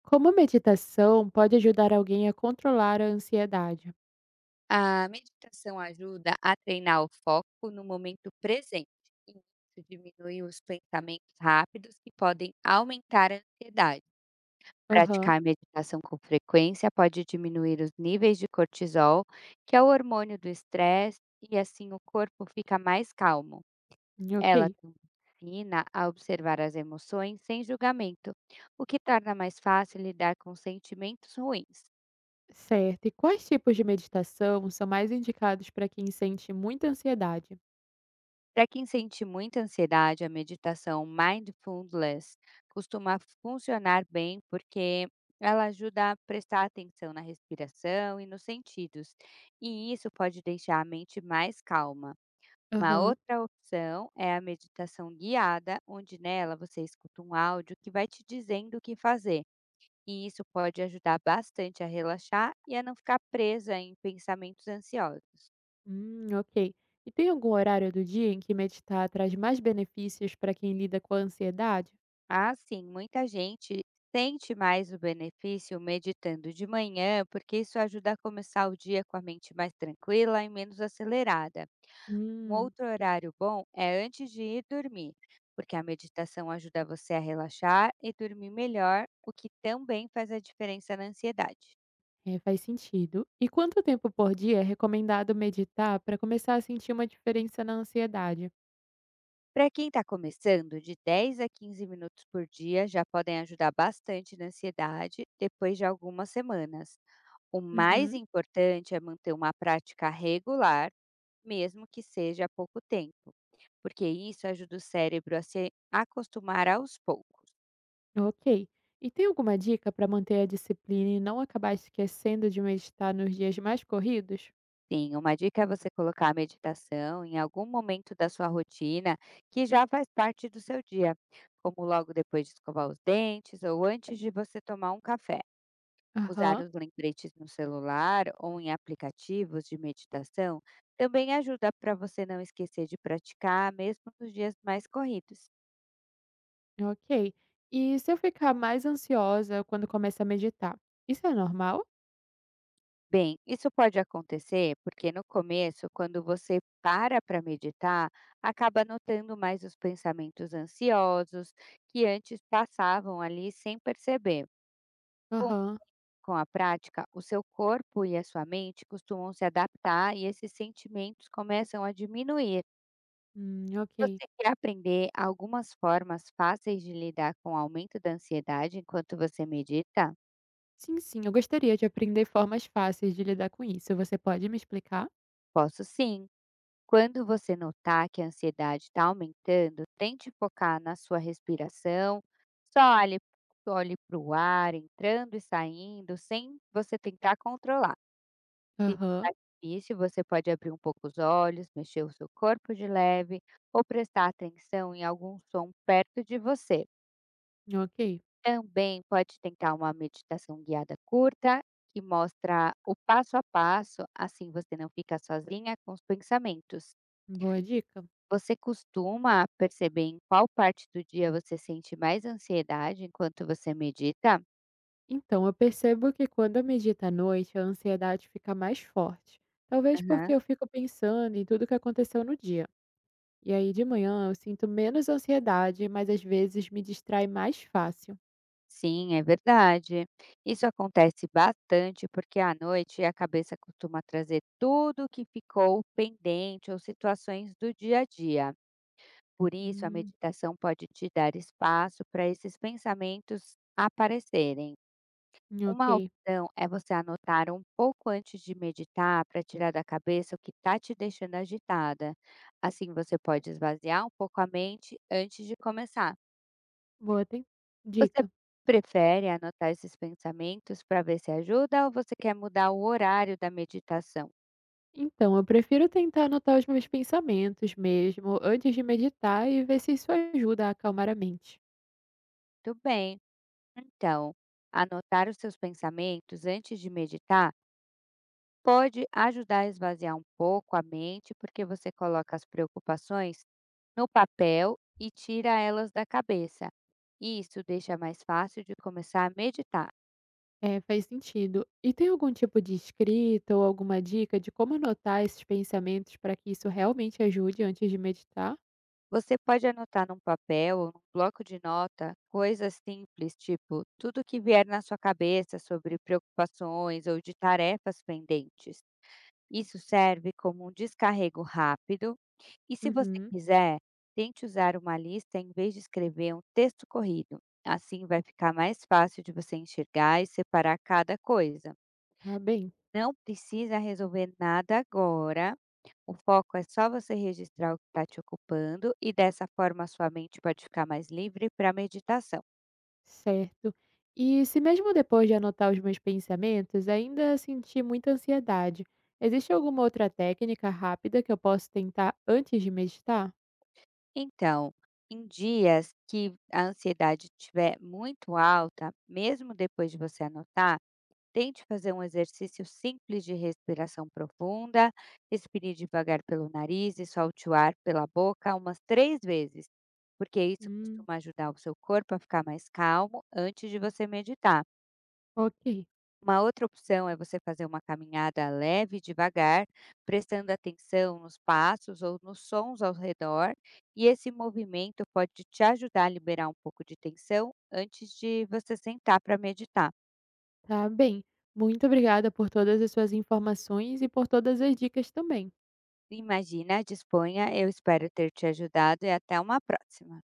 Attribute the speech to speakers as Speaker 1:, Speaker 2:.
Speaker 1: Como a meditação pode ajudar alguém a controlar a ansiedade?
Speaker 2: A meditação ajuda a treinar o foco no momento presente, e isso diminui os pensamentos rápidos que podem aumentar a ansiedade.
Speaker 1: Aham,
Speaker 2: Praticar meditação com frequência pode diminuir os níveis de cortisol, que é o hormônio do estresse, e assim o corpo fica mais calmo.
Speaker 1: ok.
Speaker 2: Ela também ensina a observar as emoções sem julgamento, o que torna mais fácil lidar com sentimentos ruins.
Speaker 1: Certo. E quais tipos de meditação são mais indicados para quem sente muita ansiedade?
Speaker 2: Para quem sente muita ansiedade, a meditação mindfulness costuma funcionar bem porque ela ajuda a prestar atenção na respiração e nos sentidos, e isso pode deixar a mente mais calma. Uma
Speaker 1: Aham,
Speaker 2: outra opção é a meditação guiada, onde nela você escuta um áudio que vai te dizendo o que fazer. E isso pode ajudar bastante a relaxar e a não ficar presa em pensamentos ansiosos.
Speaker 1: ok. E tem algum horário do dia em que meditar traz mais benefícios para quem lida com a ansiedade?
Speaker 2: Ah, sim, muita gente sente mais o benefício meditando de manhã, porque isso ajuda a começar o dia com a mente mais tranquila e menos acelerada. Um
Speaker 1: Hum,
Speaker 2: outro horário bom é antes de ir dormir, porque a meditação ajuda você a relaxar e dormir melhor, o que também faz a diferença na ansiedade.
Speaker 1: é, faz sentido. E quanto tempo por dia é recomendado meditar para começar a sentir uma diferença na ansiedade?
Speaker 2: Para quem está começando, de 10 a 15 minutos por dia já podem ajudar bastante na ansiedade depois de algumas semanas. O mais
Speaker 1: Uhum.
Speaker 2: importante é manter uma prática regular, mesmo que seja há pouco tempo, porque isso ajuda o cérebro a se acostumar aos poucos.
Speaker 1: Ok. E tem alguma dica para manter a disciplina e não acabar esquecendo de meditar nos dias mais corridos?
Speaker 2: Sim, uma dica é você colocar a meditação em algum momento da sua rotina que já faz parte do seu dia, como logo depois de escovar os dentes ou antes de você tomar um café. Usar
Speaker 1: Aham,
Speaker 2: os lembretes no celular ou em aplicativos de meditação também ajuda para você não esquecer de praticar, mesmo nos dias mais corridos.
Speaker 1: ok. E se eu ficar mais ansiosa quando começo a meditar? Isso é normal?
Speaker 2: Bem, isso pode acontecer porque no começo, quando você para para meditar, acaba notando mais os pensamentos ansiosos que antes passavam ali sem perceber. Com,
Speaker 1: Aham,
Speaker 2: com a prática, o seu corpo e a sua mente costumam se adaptar e esses sentimentos começam a diminuir.
Speaker 1: ok.
Speaker 2: Você quer aprender algumas formas fáceis de lidar com o aumento da ansiedade enquanto você medita?
Speaker 1: Sim, sim, eu gostaria de aprender formas fáceis de lidar com isso. Você pode me explicar?
Speaker 2: Posso sim. Quando você notar que a ansiedade está aumentando, tente focar na sua respiração, só olhe para o ar entrando e saindo, sem você tentar controlar. Se
Speaker 1: Aham,
Speaker 2: ficar difícil, você pode abrir um pouco os olhos, mexer o seu corpo de leve ou prestar atenção em algum som perto de você.
Speaker 1: ok.
Speaker 2: Também pode tentar uma meditação guiada curta, que mostra o passo a passo, assim você não fica sozinha com os pensamentos.
Speaker 1: Boa dica.
Speaker 2: Você costuma perceber em qual parte do dia você sente mais ansiedade enquanto você medita?
Speaker 1: Então, eu percebo que quando eu medito à noite, a ansiedade fica mais forte. Talvez porque
Speaker 2: Aham.
Speaker 1: eu fico pensando em tudo que aconteceu no dia. E aí de manhã eu sinto menos ansiedade, mas às vezes me distrai mais fácil.
Speaker 2: Sim, é verdade. Isso acontece bastante porque à noite a cabeça costuma trazer tudo que ficou pendente ou situações do dia a dia. Por isso, a
Speaker 1: Hum,
Speaker 2: meditação pode te dar espaço para esses pensamentos aparecerem. Uma
Speaker 1: ok.
Speaker 2: opção é você anotar um pouco antes de meditar para tirar da cabeça o que está te deixando agitada. Assim, você pode esvaziar um pouco a mente antes de começar.
Speaker 1: Boa
Speaker 2: Você
Speaker 1: dica.
Speaker 2: prefere anotar esses pensamentos para ver se ajuda ou você quer mudar o horário da meditação?
Speaker 1: Então, eu prefiro tentar anotar os meus pensamentos mesmo antes de meditar e ver se isso ajuda a acalmar a mente.
Speaker 2: Tudo bem. Então, anotar os seus pensamentos antes de meditar pode ajudar a esvaziar um pouco a mente, porque você coloca as preocupações no papel e tira elas da cabeça. E isso deixa mais fácil de começar a meditar.
Speaker 1: É, faz sentido. E tem algum tipo de escrita ou alguma dica de como anotar esses pensamentos para que isso realmente ajude antes de meditar?
Speaker 2: Você pode anotar num papel ou num bloco de nota coisas simples, tipo tudo que vier na sua cabeça sobre preocupações ou de tarefas pendentes. Isso serve como um descarrego rápido. E se você
Speaker 1: Uhum,
Speaker 2: quiser, tente usar uma lista em vez de escrever um texto corrido. Assim vai ficar mais fácil de você enxergar e separar cada coisa.
Speaker 1: tá bem.
Speaker 2: Não precisa resolver nada agora. O foco é só você registrar o que está te ocupando e dessa forma sua mente pode ficar mais livre para a meditação.
Speaker 1: Certo. E se mesmo depois de anotar os meus pensamentos, ainda sentir muita ansiedade, existe alguma outra técnica rápida que eu posso tentar antes de meditar?
Speaker 2: Então, em dias que a ansiedade estiver muito alta, mesmo depois de você anotar, tente fazer um exercício simples de respiração profunda. Respire devagar pelo nariz e solte o ar pela boca umas três vezes, porque isso
Speaker 1: Hum,
Speaker 2: costuma ajudar o seu corpo a ficar mais calmo antes de você meditar.
Speaker 1: ok.
Speaker 2: Uma outra opção é você fazer uma caminhada leve e devagar, prestando atenção nos passos ou nos sons ao redor, e esse movimento pode te ajudar a liberar um pouco de tensão antes de você sentar para meditar.
Speaker 1: Tá bem. Muito obrigada por todas as suas informações e por todas as dicas também.
Speaker 2: Imagina, disponha, eu espero ter te ajudado e até uma próxima.